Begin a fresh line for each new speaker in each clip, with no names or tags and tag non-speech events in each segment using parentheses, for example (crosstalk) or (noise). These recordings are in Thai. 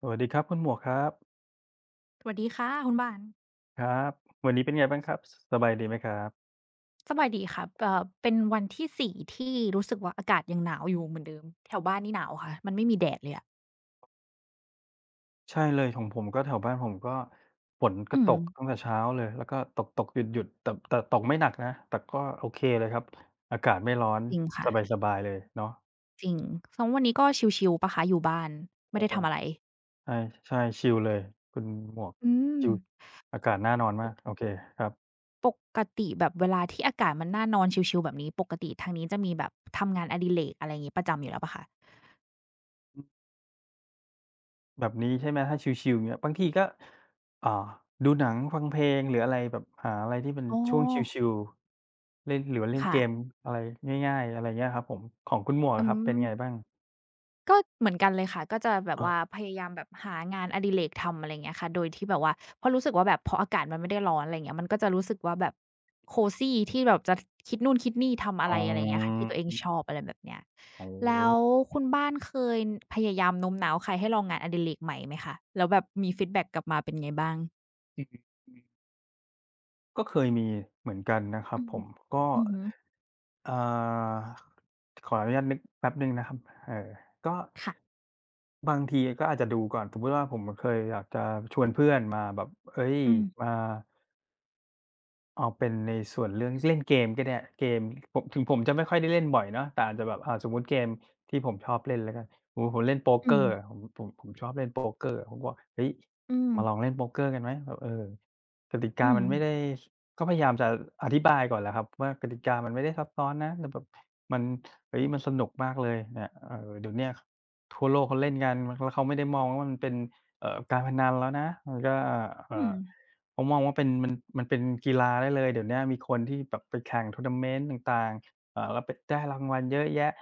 สวัสดีครับคุณหมวกครับ
สวัสดีค่ะคุณบ้าน
ครับวันนี้เป็นไงบ้างครับสสบายดีไหมครับ
สบายดีครับเป็นวันที่4ที่รู้สึกว่าอากาศยังหนาวอยู่เหมือนเดิมแถวบ้านนี่หนาวค่ะ มันไม่มีแดดเลยอะ
ใช่เลยของผมก็แถวบ้านผมก็ฝนก็
อื
ต
ม
กตั้งแต่เช้าเลยแล้วก็ตกๆหยุดๆแต่ตกไม่หนักนะแต่ก็โอเคเลยครับอากาศไม่ร้อน
จริงค่ะ
สบายๆเลยเนาะ
จริงสมมวันนี้ก็ชิลๆเปล่าคะอยู่บ้าน
โอ้
ไม่ได้ทำอะไร
ใช่ใช่ชิลเลยคุณหมวก
อืม
ชิลอากาศน่านอน
ป
มาก
ก
โอเคครับ
ปกติแบบเวลาที่อากาศมันน่านอนชิลๆแบบนี้ปกติทางนี้จะมีแบบทำงานอดิเรกอะไรงี้ประจำอยู่แล้วเปล่าคะ
แบบนี้ใช่ไหมถ้าชิลๆเงี้ยบางทีก็อ่าดูหนังฟังเพลงหรืออะไรแบบหาอะไรที่เป็น
อ๋อ
ช่วงชิลๆเล่นหรือว่าเล่นเกม
ค่ะ
อะไรง่ายๆอะไรเงี้ยครับผมของคุณหมวก
อื
อะครับเป็น
ม
ไงบ้าง
ก็เหมือนกันเลยค่ะก็จะแบบ
อา
ว่าพยายามแบบหางานอดิเรกทำอะไรเงี้ยค่ะโดยที่แบบว่าเพราะรู้สึกว่าแบบพออากาศมันไม่ได้ร้อนอะไร่งเงี้ยมันก็จะรู้สึกว่าแบบ cozy ที่แบบจะคิดนู่นคิดนี่ทำอะ
อ๋
ไรอะไรเงี้ยค่ะ
อ
ที่ตัวเองชอบอะไรแบบเนี้ย
โอ้โ
แล้ว
ฮ
คุณบ้านเคยพยายามโน้มน้าวใครให้ลองงานอดิเรกใหม่ไหมคะแล้วแบบมีฟีดแบ็กกลับมาเป็นไงบ้าง
ก็เคยมีเหมือนกันนะครับ
อื
ผ
ม
มก็
อือฮึ
อ่าขออนุญาตนึกแป๊บหนึ่งนะครับเอ่อก็
ค่ะ
บางทีก็อาจจะดูก่อนสมมุติว่าผมเคยอยากจะชวนเพื่อนมาแบบเฮ้ย
อืม
มา เอาเป็นในส่วนเรื่องเล่นเกมก็ได้เกมผมถึงผมจะไม่ค่อยได้เล่นบ่อยเนาะแต่อาจจะแบบสมมุติเกมที่ผมชอบเล่นแล้วกันโอ้โฮผมเล่นโป๊กเก
อื
อ
ม
ร์อะผมชอบเล่นโป๊กเกอร์ผมก็บอกเฮ้ย
อืม
มาลองเล่นโป๊กเกอร์กันไหมแบบเออกติกา
อืม
มันไม่ได้ก็พยายามจะอธิบายก่อนแหละครับว่ากติกามันไม่ได้ซับซ้อนนะแต่แบบมันเฮ้ยมันสนุกมากเลยเนี่ยเดี๋ยวเนี้ยทั่วโลกเขาเล่นกันแล้วเขาไม่ได้มองว่ามันเป็นการพนันแล้วนะมันก็
อืม
ผมมองว่าเป็นมันมันเป็นกีฬาได้เลยเดี๋ยวเนี้ยมีคนที่แบบไปแข่งทัวร์นาเมนต์ต่างๆแล้วไปได้รางวัลเยอะแยะ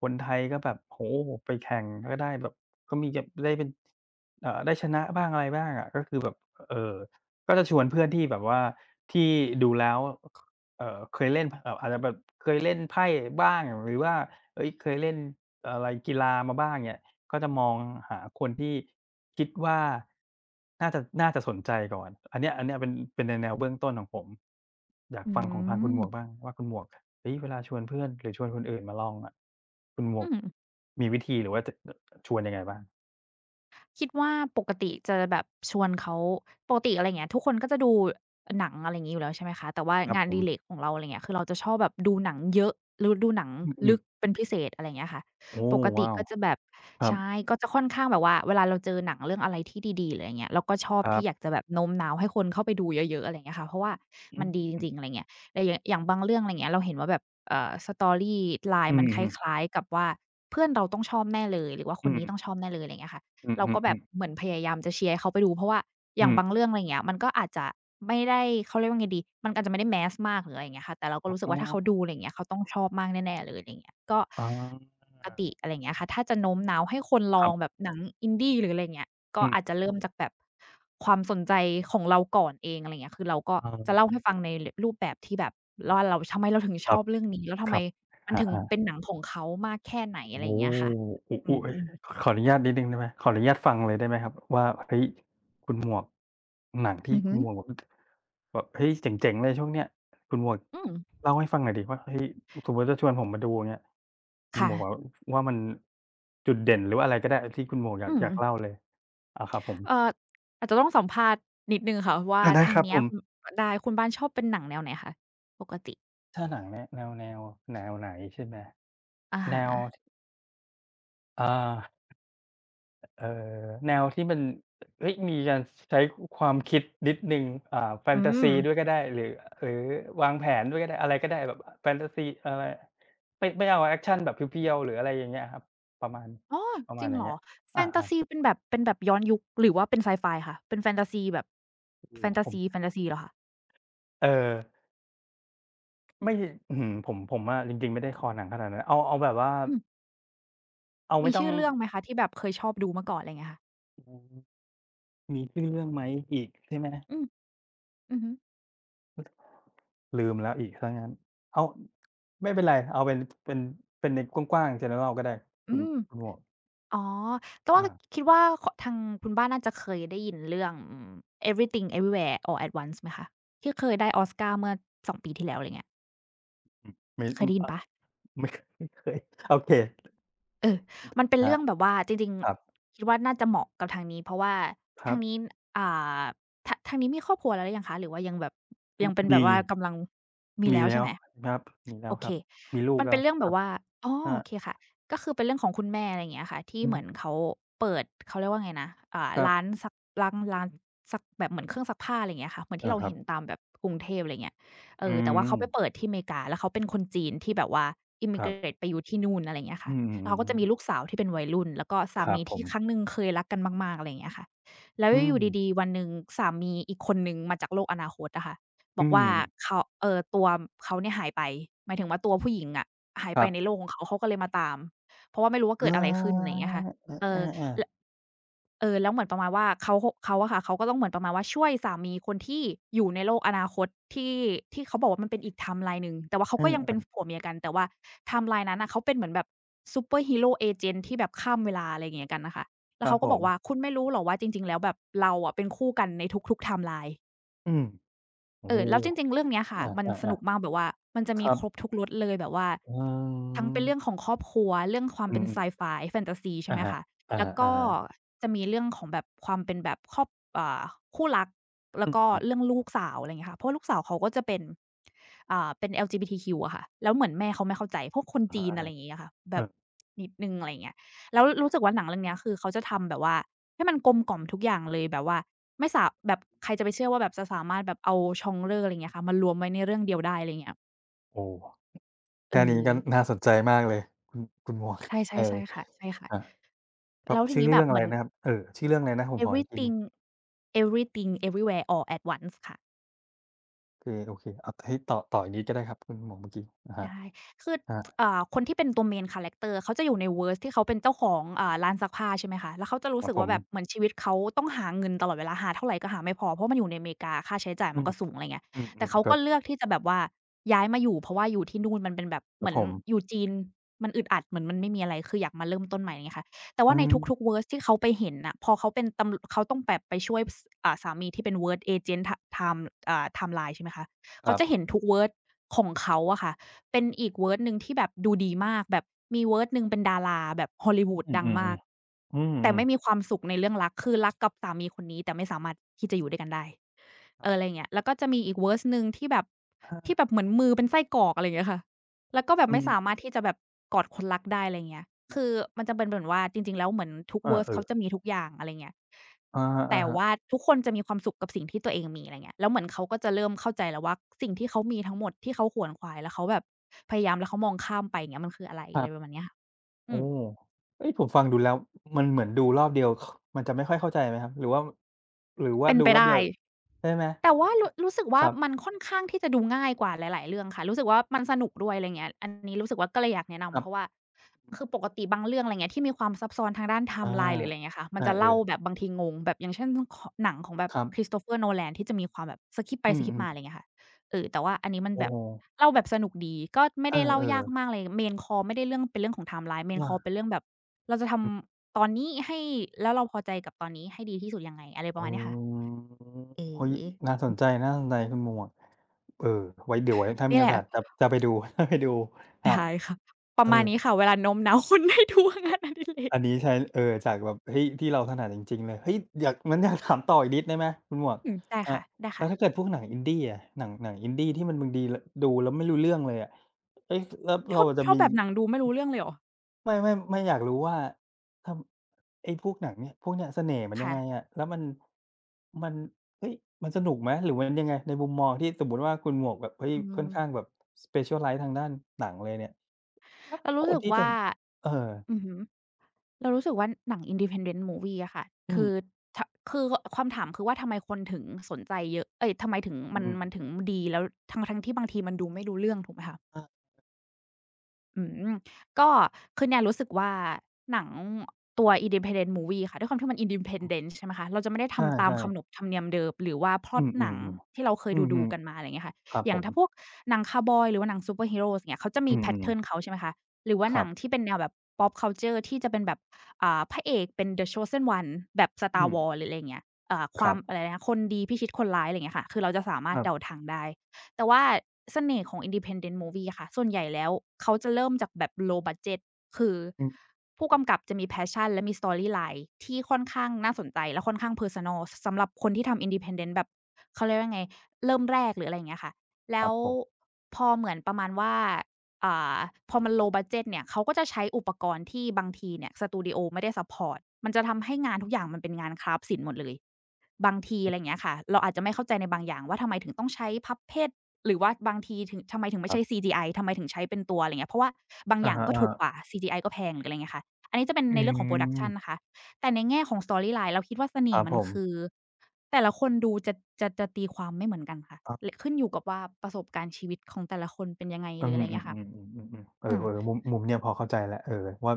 คนไทยก็แบบโอ้โฮไปแข่งก็ได้แบบก็มีแบบได้เป็นได้ชนะบ้างอะไรบ้างอะก็คือแบบเอ่อก็จะชวนเพื่อนที่แบบว่าที่ดูแล้วเคยเล่นอาจจะแบบเคยเล่นไพ่บ้างหรือว่าเฮ้ยเคยเล่นอะไรกีฬามาบ้างเงี้ย ก็จะมองหาคนที่คิดว่าน่าจะน่าจะสนใจก่อน อันเนี้ยเป็นเป็นในแนวเบื้องต้นของผมอยาก
อื
ฟังของทางคุณ
ม
หมวกบ้างว่าคุณหมวกเฮ้ยเวลาชวนเพื่อนหรือชวนคนอื่นมาลองอะคุณหมว
อื
ก
ม
มีวิธีหรือว่าจะอชวนยังไงบ้าง
คิดว่าปกติจะแบบชวนเขาปกติอะไรเงี้ยทุกคนก็จะดูหนังอะไรอย่างี้อยู่แล้วใช่ไหมคะแต่ว่า
ครับ
งาน
ผ
อดิเร
ม
กของเราอะไรเงี้ยคือเราจะชอบแบบดูหนังเยอะหรือดูหนัง
อื
ลึ
ม
ก
ๆ
เป็นพิเศษอะไรเงี้ยค่ะ
โอ้
ปกติ
ว้าว
ก็จะแบบ
คร
ใช่ก็จะค่อนข้างแบบว่าเวลาเราเจอหนังเรื่องอะไรที่ดีๆหรืออะไรเงี้ยเราก็ชอบ
ั
ที่
บ
อยา
ๆ
กจะแบบโน้มน้าวให้คนเข้าไปดูเยอะๆอะไรเงี้ยค่ะเพราะว่า
อื
มันดี
ม
จริงๆอะไรเงี้ยแต่อย่างอย่างบางเรื่องอะไรเงี้ยเราเห็นว่าแบบ
อื
storyline มั
อ
นคล
ฮึ
้ายๆกับว่าเพื่อนเราต้องชอบแน่เลยหรือว่าค
อื
น
ม
นี้ต้องชอบแน่เลยอะไรเงี้ยค่ะ
อือ
เรา
อือ
ก็
อื
แบบ
อ
เหมือนพยายามจะเชียร์ให้เขาไปดูเพราะว่าอย่า
อื
ง
ม
บางเรื่องอะไรอย่างเงี้ยมันก็อาจจะไม่ได้เขาเรียกว่าไงดีมันอาจจะไม่ได้ mass มากหรืออะไรอย่างเงี้ยค่ะแต่เรา
อ
ก็รู้สึก
๋
ว่าถ้าเขาดู
อ
อะไรอย่างเงี้ยเขาต้องชอบมากแน่ๆเลยอะไรอย่างเงี้ยก็
อา
ปกติอะไรอย่างเงี้ยค่ะถ้าจะโน้มน้าวให้คนล
ค
อ
รั
งแบ
บ
บหนัง Indie หรืออะไรอย่างเงี้ยก็
อืม
อาจจะเริ่มจากแบบความสนใจของเราก่อนเองอะไรอย่างเงี้ยคือเราก็
อา
จะเล่าให้ฟังในรรูปแบบที่แบบว่าเราทำไมเราถึง
ค
ช
รั
อ
บ
บเรื่องนี้แล้วทำ
ค
ไม
รับ
มั
ครับค
น
รับครับ
ถึง
ครับครั
เป็น
บ
หนังของเขามากแค่ไหน
โอ้
อะไร
โฮ
อย่างเงี้ยค่ะ
อุ
อื
อุ๊ย
ม
ขออนุญาตนิดหนึ่งได้ไหมขออนุญาตฟังเลยได้ไหมครับว่าเฮ้ยคุณหมวกหนังที่
อือ
คุ
ฮึ
ณหมวกแบบแบบเฮ้ยเจ๋งๆเลยช่วงเนี้ยคุณหมวก
อืม
เล่าให้ฟังหน่อยดิว่าเฮ้ยสมมุติจะชวนผมมาดูอย่างเงี้ยคุณหมวกแบบ
ค่ะ
ว่ามันจุดเด่นหรือว่าอะไรก็ได้ที่คุณหมวกอยา
อื
กอ
ม
ยากเล่าเลยอาครับผม
เอ่ออาจจะต้องสัมภาษณ์นิดหนึ่งค่ะว่า
อาได้
ทา
ค
ง
รับ
เนี้
ผ
ย
ม
คุณได้คุณบ้านชอบเป็นหนังแนวไหนคะปกติ
ถ้าหนังแนะแนวแนวแนวไหนใช่ไหม
อะ
แน
ฮะ
วอา เอ่อแนวที่มันเฮ้ยมีการใช้ความคิดนิดหนึ่งแฟ
อื
นตาซี
ม
ด้วยก็ได้หรือหรือวางแผนด้วยก็ได้อะไรก็ได้แบบแฟนตาซีอะไรไม่เอาแอ็กชันแบบเพียวๆหรืออะไรอย่างเงี้ยครับประมาณ
อ๋อ
ประ
จ
มาณ
ริง
อย่า
เห
ง
ร
เงี้
อ
ย
แฟนทาซี
อา
เป็นแบบเป็นแบบย้อนยุคหรือว่าเป็นไซไฟคะเป็นแฟนทาซีแบบ
ๆโอ
แฟน
ผ
ทา
ม
ซีแฟนทาซีเหรอคะ
เอ่อไม่อื้อฮือผมอะจริงๆไม่ได้คอหนังขนาดนั้นเอาเอาแบบว่า
อืม
เอาไม่
มี
ต้อง
ชื่อเรื่องไหมคะที่แบบเคยชอบดูเมื่อก่อนอะไรเงี้ยค่ะ
อืมมีชื่อเรื่องไหมอีกใช่ไหม
อืม อือฮึ
ลืมแล้วอีกซะงั้นเอาไม่เป็นไร เอาเป็นเป็นเป็นในกว้างๆ general ก็ได้
อื
คุณ
ม
คุณหมวก
อ๋อ แต่ว่า
อา
คิดว่าขทางคุณบ้านน่าจะเคยได้ยินเรื่องอืม Everything Everywhere All at Once ไหมคะที่เคยได้ออสการ์เมื่อ2 ปีที่แล้วอะไรเงี้ย
อืมไม่
เค
อื
ย
ม
ได้ยิน
อา
เปล่า
ไม่ (laughs) ไม่เคยโอเค
เออมันเป็
ค
น
รั
เรื่
บ
องแบบว่าจริง
ครับ
ๆคิดว่าน่าจะเหมาะกับทางนี้เพราะว่า
ครั
ทา
บ
งนี้อ่าททางนี้มีครอบครัวแล้วหรือยังคะหรือว่ายังแบบ
อื
ยั
ม
งเป็นแบ
มี
บว่ากำลังมี
มี
แล้ว
แล้
ใช่
ว
ไหม
ครับมีแล้
โอ
วค
เค
รับ มีลูก
มัน
แล้
เป็
ว
นเรื่อง
ค
แบ
รั
บ
บ
ว่าอ๋อ
อา
โอเคค่ะก็คือเป็นเรื่องของคุณแม่อะไรอย่างเงี้ยค่ะที่
อื
เห
ม
มือนเขาเปิดเขาเรียกว่าไงนะอ่า
ครั
ร้าน
บ
ซักร้านซักแบบเหมือนเครื่องซักผ้าอะไรอย่างเงี้ยค่ะเหมือน
อา
ที่เรา
ครับ
เห็นตามแบบกรุงเทพอะไรอย่างเงี้ยเอ
อื
อแต่
ม
ว่าเขาไปเปิดที่อเมริกาแล้วเขาเป็นคนจีนที่แบบว่า
ครับ
immigrate ไปอยู่ที่นู่นอะไรอย่างเงี้ย
อื
ค่ะแล้วเขาก็จะมีลู
ม
กสาวที่เป็นวัยรุ่นแล้วก็สา
ครับ
มี
ผ
ที่
ม
ครั้งหนึ่งเคยรักกันมากๆอะไรอย่างเงี้ยค่ะแล้ว
อื
อยู่ดี
ม
ๆวันหนึ่งสามีอีกคนหนึ่งมาจากโลกอนาคตอะค่ะ บ
อื
อก
ม
ว่าเขาตัวเขาเนี่ยหายไปหมายถึงว่าตัวผู้หญิงอะหาย
ค
ไป
รั
ในโลก
บ
ของเขาเขาก็เลยมาตามเพราะว่าไม่รู้ว่า
อ
เกิดอะไรขึ้นอะไรอ
า
ย่างเงี้ยค่ะเอ
อ
อ
า
ล
ๆๆ
เออแล้วเหมือนประมาณว่าเขาอะค่ะเขาก็ต้องเหมือนประมาณว่าช่วยสามีคนที่อยู่ในโลกอนาคตที่ที่เขาบอกว่ามันเป็นอีกไทม์ไลน์หนึ่งแต่ว่าเขาก็ยัง
เอ
เป็
อ
นผัวเมียกันแต่ว่าไทม์ไลน์นั้นน่ะเขาเป็นเหมือนแบบซูเปอร์ฮีโรเอเจนต์ที่แบบข้ามเวลาอะไรอย่างเงี้ยกันน่ะค่ะ
ค
แล้ว
รับ
เขา
ผ
ก็บอกว่า
ม
คุณไม่รู้เหรอว่าจริงๆแล้วแบบเราอะเป็นคู่กันในทุกๆไทม์ไลน์
อืมโอ้
เอ
โฮ
อแล้วจริงๆเรื่องเนี้ย
อ
ค่ะมันส
า
นุกมากแบบว่ามันจะ
ๆๆค
มี
รับ
ครบทุกรสเลยแบบว่า
อ๋อ
ทั้งเป็นเรื่องของครอบครัวเรื่องความ
อื
เป็นไซ
มๆ
ไฟแฟนทาซีใช่
อะ
ไหม
ฮะ
คะ
อะ
แล้วก็
ฮะ
จะมีเรื่องของแบบความเป็นแบบครอบอ่าคู่รัก
ๆ
แล้
อื
วก็
ม
เรื่
ๆ
องลูกสาวอะไรอย่างเงี้ยค่ะเพราะว่าลูกสาวเขาก็จะเป็นเป็น LGBTQ อะค่ะแล้วเหมือนแม่เขาไม่เข้าใจพวกคน
อะ
จีนอะ
ฮะ
ไรอย่างงี้อะค่ะ
ๆเอ
แบ
อ
บนิดหนึ่งอะไรอย่างเงี้ยแล้วรู้สึกว่าหนังเรื่องเนี้ยคือเขาจะทำแบบว่าให้มันกลมกล่อมทุกอย่างเลยแบบว่า ไม่สาแบบใครจะไปเชื่อว่าแบบจะสามารถแบบเอาชองเล่ออะไร่งเงี้ยค่ะมารวมไว้ในเรื่องเดียวได้อะไรเงี้ย
โอ้
เออ
แค่นี้ก็น่าสนใจมากเลยคุณคุณหมวก
ใช่
(laughs) เออ
ๆใช่ค่ะใช่ค่ะ
ครับครับ
แล้วที
ชื่อ
นี้แบ
เรื่
บ
อง
เห
อะไร
มือน
นะครับชื่อเรื่องอะไรนะผมขออีกทีหนึ่ง
everything everything everywhere all at once ค่ะ
คือโอเคเอาให้ต่ออีกนิดก็ได้ครับคุณหมวกเมื่อกี้อะฮะ
ได้คือ
อา
คนที่เป็นตัว main character เขาจะอยู่ใน Verse ที่เขาเป็นเจ้าของอ่าร้านซักผ้าใช่ไหมคะ แล้วเขาจะ
ค
รู้
รับ
สึก
ผ
ว่าแบบเห
ม
มือนชีวิตเขาต้องหาเงินตลอดเวลาหาเท่าไรก็หาไม่พอ เพราะมันอยู่ในอเมริกาค่าใช้จ่าย
อื
มัน
ม
ก็สูงอะไรเงี้ย
อื
แต่
ม
เขา
ๆครั
ก็
บ
เลือกที่จะแบบว่าย้ายมาอยู่เพราะว่าอยู่ที่นู่นมันเป็นแบบ
ครั
เห
บ
มือน
ผ
อ
ม
ยู่จีนมันอึดอัดเหมือนมันไม่มีอะไรคืออยากมาเริ่มต้นใหม่อย่างเงี้ยค่ะแต่
อื
ว่าใน
ม
ทุกๆ Verse ที่เขาไปเห็นน่ะพอเขาเป็นตำเขาต้องแบบไปช่วยสามีที่เป็น Verse agent ทไทม์อ่าไทม์ไลน์ใช่ไหมคะ
ค
เขา
รั
จะเห็น
บ
ทุก Verse ของเขาอะค่ะ เป็นอีกเว o ร์ดหนึ่งที่แบบดูดีมากแบบมีเว o ร์ดหนึ่งเป็นดาราแบบ Hollywood
อืม
ดังมาก
ๆๆอืม
แต่ไม่มีความสุขในเรื่องรักคือรักกับสามีคนนี้แต่ไม่สามารถที่จะอยู่ด้วยกันได้
ๆครั
เอ
บ
ออะไรอย่างเงี้ยแล้วก็จะมีอีกเว r ร์สหนึ่งที่แบบ
ถ้า
เหมือนมือเป็นไส้กรอกอะไรอย่างเงี้ยค่ะ แล้วก็แบบ
อื
ไม่สามา
ม
รถที่จะแบบกอดคนรักได้อะไรเงี้ยคือมันจะเป็นเหมือนว่าจริงๆ แล้วเหมือนทุก
อา
verse
เออ
เขาจะมีทุกอย่างอะไรเงี้ย
อ
แต่
ะฮะ
ว่าทุกคนจะมีความสุขกับสิ่งที่ตัวเองมีอะไรเงี้ยแล้วเหมือนเขาก็จะเริ่มเข้าใจแล้วว่าสิ่งที่เขามีทั้งหมดที่เขาขวนขวายแล้วเขาแบบพยายามแล้วเขามองข้ามไปอย่างเงี้ยมันคืออะไร
ๆค
อะ
รั
ไร
บ
ประมาณเนี้ยค่ะอื
โอ้
ม
เอ้ยผมฟังดูแล้วมันเหมือนดูรอบเดียวคมันจะไม่ค่อยเข้าใจไหมครับหรือว่าหรือว่า
เป็น
ดู
ไป
รอบเดี
ได้
ยวใช่ไหม
แต่ว่ารู้สึก
ค
ว่า
รับ
มันค่อนข้างที่จะดูง่ายกว่าหลายๆเรื่องค่ะรู้สึกว่ามันสนุกด้วยอะไรเงี้ยอันนี้รู้สึกว่าก็เลยอยากแนะ
ค
นำ
รั
เพราะว่า
บ
คือปกติบางเรื่องอะไรเงี้ยที่มีความซับซ้อนทางด้านไท
อา
ม์ไลน์หรืออะไรเงี้ยค่ะมันจะ
เออ
เล่าแบบบางทีงงแบบอย่างเช่นขหนังของแบ
ๆ
บ
ครับ
Christopher Nolan ที่จะมีความแบบสคิปไป
อื
ส
ม
คิปมาอะไร
ๆ
เงี้ยค่ะเออแต่ว่าอันนี้มัน
โอ้
แบบ
โฮ
เล่าแบบสนุกดีก็ไม่ได้เล่า
เออ
ยากมากเลย Main Core ไม่ได้เรื่องเป็นเรื่องของไทม์ไลน์
ๆ
Main
ว่า
Core เป็นเรื่องแบบเราจะท
อือ
ำตอนนี้ให้แล้วเราพอใจกับตอนนี้ให้ดีที่สุดยังไงอะไรประ
อ๋
มาณเนี้ยค่ะ
อ
เอ
เฮ้ย
อ
น่าสนใจน่าสนใจคุณหมวกเออไว้เดี๋ยวไว้ถ้ามี
นี่
โอ
แหละ
กาสจะไปดู (laughs) จะไปดูครับ
ได้ค่ะป
เอ
ระ
อ
มาณนี้ค่ะเวลาโน้มน้าวคนให้ดูงานอดิเรก
อันนี้ใช้จากแบบเฮ้ยที่เราถนัดจริงๆเลยเฮ้ยอยากงั้นอยากถามต่ออีกนิดได้ไหมคุณหมวก
อืมได้
อา
ค่ะได้
แล้ว
ค่ะ
ถ้าเกิดพวกหนังอินดีอะหนังอินดีที่มันบางทีลดูแล้วไม่รู้เรื่องเลยอะเอ๊ะแล้วเราจะ
ชอบ
มี
แบบหนังดูไม่รู้เรื่องเลยเหรอ
ไม่อยากรู้ว่าทำไอ้พวกหนังเนี่ยพวกเนี้ยเสน่ห์มันยังไง
ค่ะ
อะแล้วมันเฮ้ยมันสนุกไหมหรือมันยังไงในมุมมองที่สมมุติว่าคุณหมวกแบบเฮ้ย
อื
ค่อน
ม
ข้างแบบ specialize ทางด้านหนังเลยเนี่ยแล้ว
เรา
ค
รู้
น
สึก
ที่จะ
ว่า
เออ
อือฮึเรารู้สึกว่าหนัง Independent Movie อะค่ะ
อืม
คือทคือคำถามคือว่าทำไมคนถึงสนใจเยอะเอ๊ยทำไมถึง
อืม
มัน
ๆ
ถึงดีแล้วทั้งๆที่บางทีมันดูไม่รู้เรื่องถูกไหมคะ
อ
อืมก็คือเนี่ยรู้สึกว่าหนังตัว Independent Movie ค่ะด้วยความที่มัน Independent ใช่ไหมคะเราจะไม่ได้
า
ทำตาม
ใช่
ขนบ
ๆ
ธรรมเนียมเดิมหรือว่าพล็
อื
อต
ม
หนังที่
ๆ
เราเค
ๆ
ย
อืมอื
ดู
ม
ๆกันมาอะไรอย่างเงี้ยค่ะ
ๆครับ
อ
ผ
ย่าง
ม
ถ้าพวกหนังคาวบอยหรือว่าหนังซูเปอร์ฮีโรอย่างเงี้ยเขาจะ
อื
มีแพต
ม
เทิร์น
ๆ
เขาใช่ไหมคะหรือว่า
ค
หนั
รั
ง
บ
ที่เป็นแนวแบบ Pop Culture ที่จะเป็นแบบพระเอกเป็น The Chosen One แบบ
อื
Star
ม
Wars หรืออะไรอย่างเงี้ยค
ค
วา
รั
ม
บ
อะไรนะคนดีพิชิตคนร้ายอะไรอย่างเงี้ยค่ะคือเราจะสา
ค
มารถ
รับ
เดาทางได้ แต่ว่าเสน่ห์ของ Independent Movie อะค่ะส่วนใหญ่แล้วเขาจะเริ่มจากแบบ low budget คือ
อืม
ผู้กำกับจะมี passion และมี storyline ที่ค่อนข้างน่าสนใจและค่อนข้างเพอร์ n a นสำหรับคนที่ทำ Independent แบบเขาเรียกว่าไงเริ่มแรกหรืออะไรอย่างเงี้ยค่ะ
ค
แล้
รับ
ว
ผม
พอเหมือนประมาณว่า อ่าพอมัน low budget เนี่ยเขาก็จะใช้อุปกรณ์ที่บางทีเนี่ยสตูดิโอไม่ได้ซัปพอร์ตมันจะทำให้งานทุกอย่างมันเป็นงานกราฟศิลป์หมดเลยบางทีอะไรอย่างเงี้ยค่ะเราอาจจะไม่เข้าใจในบางอย่างว่าทำไมถึงต้องใช้ Puppet หรือว่าบางทีถึงทำไมถึง
ค
ไม่
รั
ใช้
บ
CGI ทำไมถึงใช้เป็นตัวอะไรอย่างเงี้ยเพราะว่าบางอ
อะ
ย่าง
ฮะ
ก็ถูกกว่า
ๆ
CGI ก็แพงหรืออะไรอย่างเงี้ยค่ะอันนี้จะเป็น
อื
ในเรื่องของ Production นะ
ม
คะแต่ในแง่ของ Storyline เราคิดว่าเส
ค
น่
รับ
ห์มั
ผ
น
ม
คือแต่ละคนดูจะจะตีความไม่เหมือนกันค่ะ
ครั
ล
บ
ขึ้นอยู่กับว่าประสบการณ์ชีวิตของแต่ละคนเป็นยังไง
อื
ห
ม
รืออะไรอย่างเงี้ยค่ะ
ๆๆๆๆๆเออ
อืม
ๆมุมมุมเนี่ยพอเข้าใจแล้วเออว่า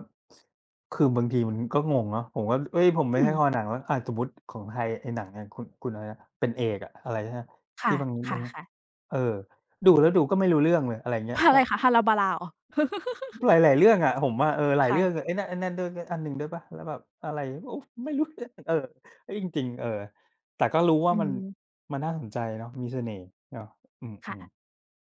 คือบางทีมันก็งงเนาะผมก็เฮ้ยผมไม่
อื
ใช่
ม
คอหนังแล้วอ่าสมมุติของไทยไอ้หนังอย่างคุณอะไรนะเป็นเอกอะอะไรนะที่
ค่ะ
บาง
ค
บาง
่ะๆ
เออดูแล้วดูก็ไม่รู้เรื่องเลยอะไรอย่างเงี้ย
(laughs) อะ
ก็
ไรคะฮาราบาราเหรอ (laughs)
หลายๆเรื่องอะผมว่าเออหลาย
ค่ะ
เรื่องอะไอ้นั่นด้วยอันหนึ่งด้วยเปล่าแล้วแบบอะไรโอ้ไม่รู้ (laughs) เออเฮ้ยจริงๆเออแต่ก็รู้ว่า
อื
มัน
ม
มันน่าสนใจเนาะมีเสน่ห์เนาะอื
ค่ะ
ม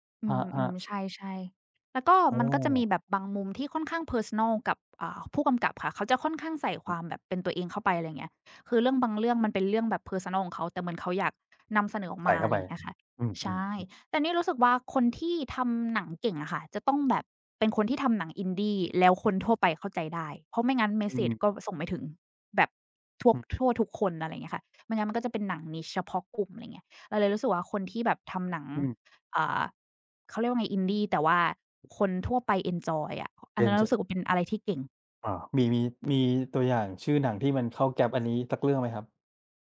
ๆค
อื
รั
มอืมใ
บ
ช่ๆแล้วก็
ๆโอ้
มันก็จะมีแบบบางมุมที่ค่อนข้างเพอร์ซันนัลกับผู้กำกับค่ะเขาจะค่อนข้างใส่ความแบบเป็นตัวเองเข้าไปอะไรอย่างเงี้ยคือเรื่องบางเรื่องมันเป็นเรื่องแบบเพอร์ซันนัลของเขาแต่เหมือนเขาอยากนำเสนอออก
ใส่
มา
เข้า
อะไร
ไป
อย่างเงี้ยค่ะ
อืม
ใช่
ๆ
แต่นี่รู้สึกว่าคนที่ทำหนังเก่งอะค่ะจะต้องแบบเป็นคนที่ทำหนัง Indie แล้วคนทั่วไปเข้าใจได้เพราะไม่งั้นเมส
อื
เซจ
ม
ก็ส่งไม่ถึงแบบทั่ว
อืม
ทั่วทุกคนอะไรอย่างเงี้ยค่ะไม่งั้นมันก็จะเป็นหนัง niche เฉพาะกลุ่มอะไรอย่างเงี้ยเราเลยรู้สึกว่าคนที่แบบทำหนัง
อืม
อ่า เขาเรียกว่าไง Indie แต่ว่าคนทั่วไปเอนจอยอะอันนั้นเรารู้
Ranger
สึกว่าเป็นอะไรที่เก่ง
อามีตัวอย่างชื่อหนังที่มันเข้า Gap อันนี้สักเรื่องไหมครับ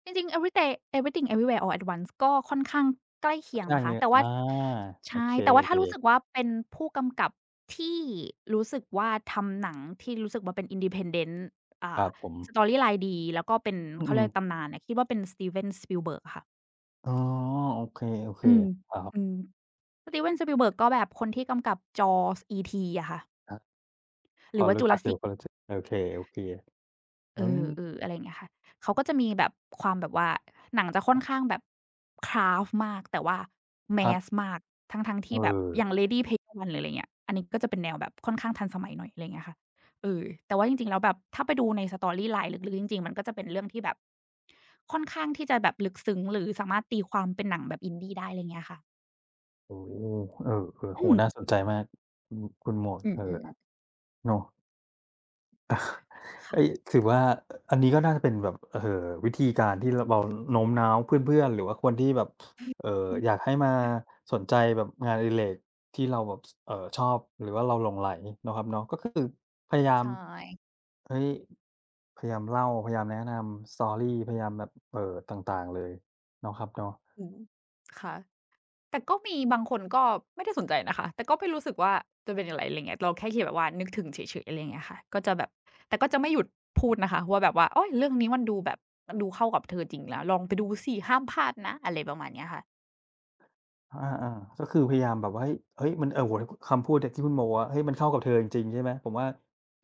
จริงๆ Everyday Everything Everywhere All at Once ก็ค่อนข้างใกล้
สั
เคี
ก
ยง
อย่าง
นะ
ห
คะ
นึ่ง
แต่ว่า
อาโอ
ใช่
เค
แต่ว่าถ้ารู้สึก
ๆ
ว่าเป็นผู้กำกับที่รู้สึกว่าทำหนังที่รู้สึกว่าเป็น Independent
ค
อ่า
รับผม
Storyline ดีแล้วก็เป็น
อื
เขาเรีย
ม
กตำ
ๆ
นานเนี่ยคิดว่าเป็น Steven Spielberg อะค่ะ
อ๋อโอเค
อืม
ๆครับ
อืม Steven Spielberg ก็แบบคนที่กำกับ Jaws, E.T. อะค่ะ
ครับ
ห
พ
รื
อ
อว่า
รู้จักอยู่
Jurassic
พอรู้จักโอเคๆ อื
เอ
ม
อๆอะไรอย่างเงี้ยค่ะเขาก็จะมีแบบความแบบว่าหนังจะค่อนข้างแบบ craft มากแต่ว่า
ครับ
mass มากทั้งๆ
เอ
ที่แบบ
อ
อย่าง Ready Player One หรืออะไรเงี้ยอันนี้ก็จะเป็นแนวแบบค่อนข้างทันสมัยหน่อยอะไรเงี้ยค่ะเออแต่ว่าจริงๆแล้วแบบถ้าไปดูใน storyline ลึกๆจริงๆมันก็จะเป็นเรื่องที่แบบค่อนข้างที่จะแบบลึกซึ้งหรือสามารถตีความเป็นหนังแบบ Indie ได้อะไรเงี้ยค่ะ
โอ้โฮเออๆโอ้โฮ
อืม
น่าสนใจมาก คุณหมวก
อื
เออ
มๆ
เนาะ
ๆ
เอ๊ย
ค่ะ
ถือว่าอันนี้ก็น่าจะเป็นแบบวิธีการที่เราโน้มน้าวเพื่อนๆ หรือว่าคนที่แบบเอ่อ
อืม
อยากให้มาสนใจแบบงานอดิเรกที่เราแบบสชอบหรือว่าเราหลงใหลเนาะครับเนาะก็คือพยายาม
ใช่
เฮ้ยพยายามเล่า พยายามแนะนำ story พยายามแบบต่างๆเลยเนาะครับเนาะ
อืมค่ะ แต่ก็มีบางคนก็ไม่ได้สนใจนะคะแต่ก็ไม่รู้สึกว่าจะเป็นอะไรอะไรเงี้ยเราแค่แคิดแบบว่านึกถึงเฉยๆอะไรเงี้ยค่ะก็จะแบบแต่ก็จะไม่หยุดพูดนะคะว่าแบบว่าโอ๊ยเรื่องนี้มันดูแบบมันดูเข้ากับเธอจริงแล้วลองไปดูสิห้ามพลาดนะอะไรประมาณเนี้ยค่ะ
อาๆก็คือพยายามแบบว่าเฮ้ยมันเออโอ้โฮคำพูดเนี่ยที่คุณโมว่าเฮ้ยมันเข้ากับเธอจริงๆใช่ไหมผมว่า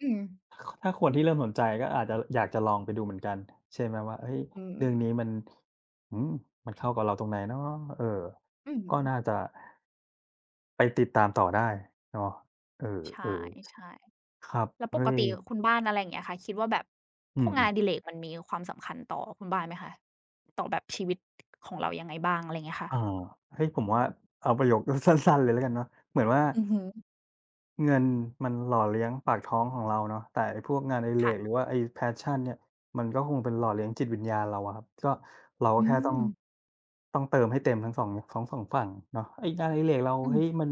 อืม
คถ้าคนที่เริ่มสนใจก็อาจจะอยากจะลองไปดูเหมือนกันใช่ไหมว่าเฮ้ย
อืม
เรื่องนี้มันอืมมันเข้ากับเราตรงไหนเนาะเออ
อืม
ก็น่าจะไปติดตามต่อได้เนาะเอ
ใช
อ
่
ๆครับ
ๆแล้วปก
เฮ้ย
ติคุณบ้านอะไรอย่างเงี้ยค่ะคิดว่าแบบ
อื
พวกงาน
ม
อดิ
ๆ
เรกมันมีความสำคัญต่อคุณบ้านไหมคะต่อแบบชีวิตของเรายังไงบ้างอะไรเงี้ย
อา
ค่ะ
เฮ้ยผมว่าเอาประโยค (laughs) สั้นๆเลยแล้วกันเนาะเหมือนว่า
อือฮึ
เงินมันหล่อเลี้ยงปากท้องของเราเนาะแต่ไอ้พวกงานอดิเรกหรือ
ค่ะ
ว่าไอ้ passion เนี่ยมันก็คงเป็นหล่อเลี้ยงจิตวิญญาณเราอะครับก็เราก็
อื
แค่ต้อง
ม
ต้องเติมให้เต็มทั้งสองฝั่งเนาะไอ้งานอดิเรกเรา
อื
เฮ้ย
ม
มัน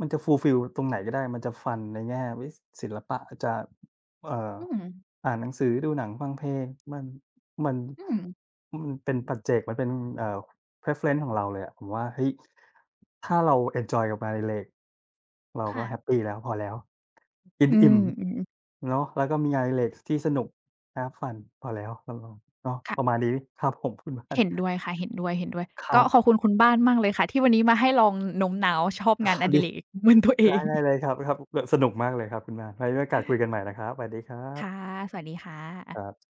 มันจะ fulfill ตรงไหนก็ได้ มันจะฟันในแง่วิศิลปะจะเอ่อ
อืม
อ่านหนังสือดูหนังฟังเพลงมันมัน
อืม
มันเป็นปัจเจกมันเป็นเอ่อ preference ของเราเลยอะผมว่าเฮ้ยถ้าเราเอนจอยกับงานอดิเรกเราก็แฮป
ค่ะ
ปีแล้วพอแล้วกิน
อื
อิ่
ม
ม
อืม
เนาะแล้วก็มีงานอดิเรกที่สนุก have fun พอแล้วเราเนาะประมาณ
ค่ะ
นี้ครับผมคุณบ้าน
เห็นด้วยค่ะเห็นด้วยเห็นด้วย
ค
ก็
รับ
ขอบคุณคุณบ้านมากเลยค่ะที่วันนี้มาให้ลองโน้มน้าวชอบงาน
(laughs)
อ
วัน
ดิ
นี้
เรก (laughs) เหมือนตัวเอ
ได้
ง
ได้เลยครับครับแบบสนุกมากเลยครับคุณบ้านไว้มีโอกาสคุยกันใหม่นะครับสวัสดีครั
ค่ะ
บ
สวัสดีค่
ครั
ะ
บ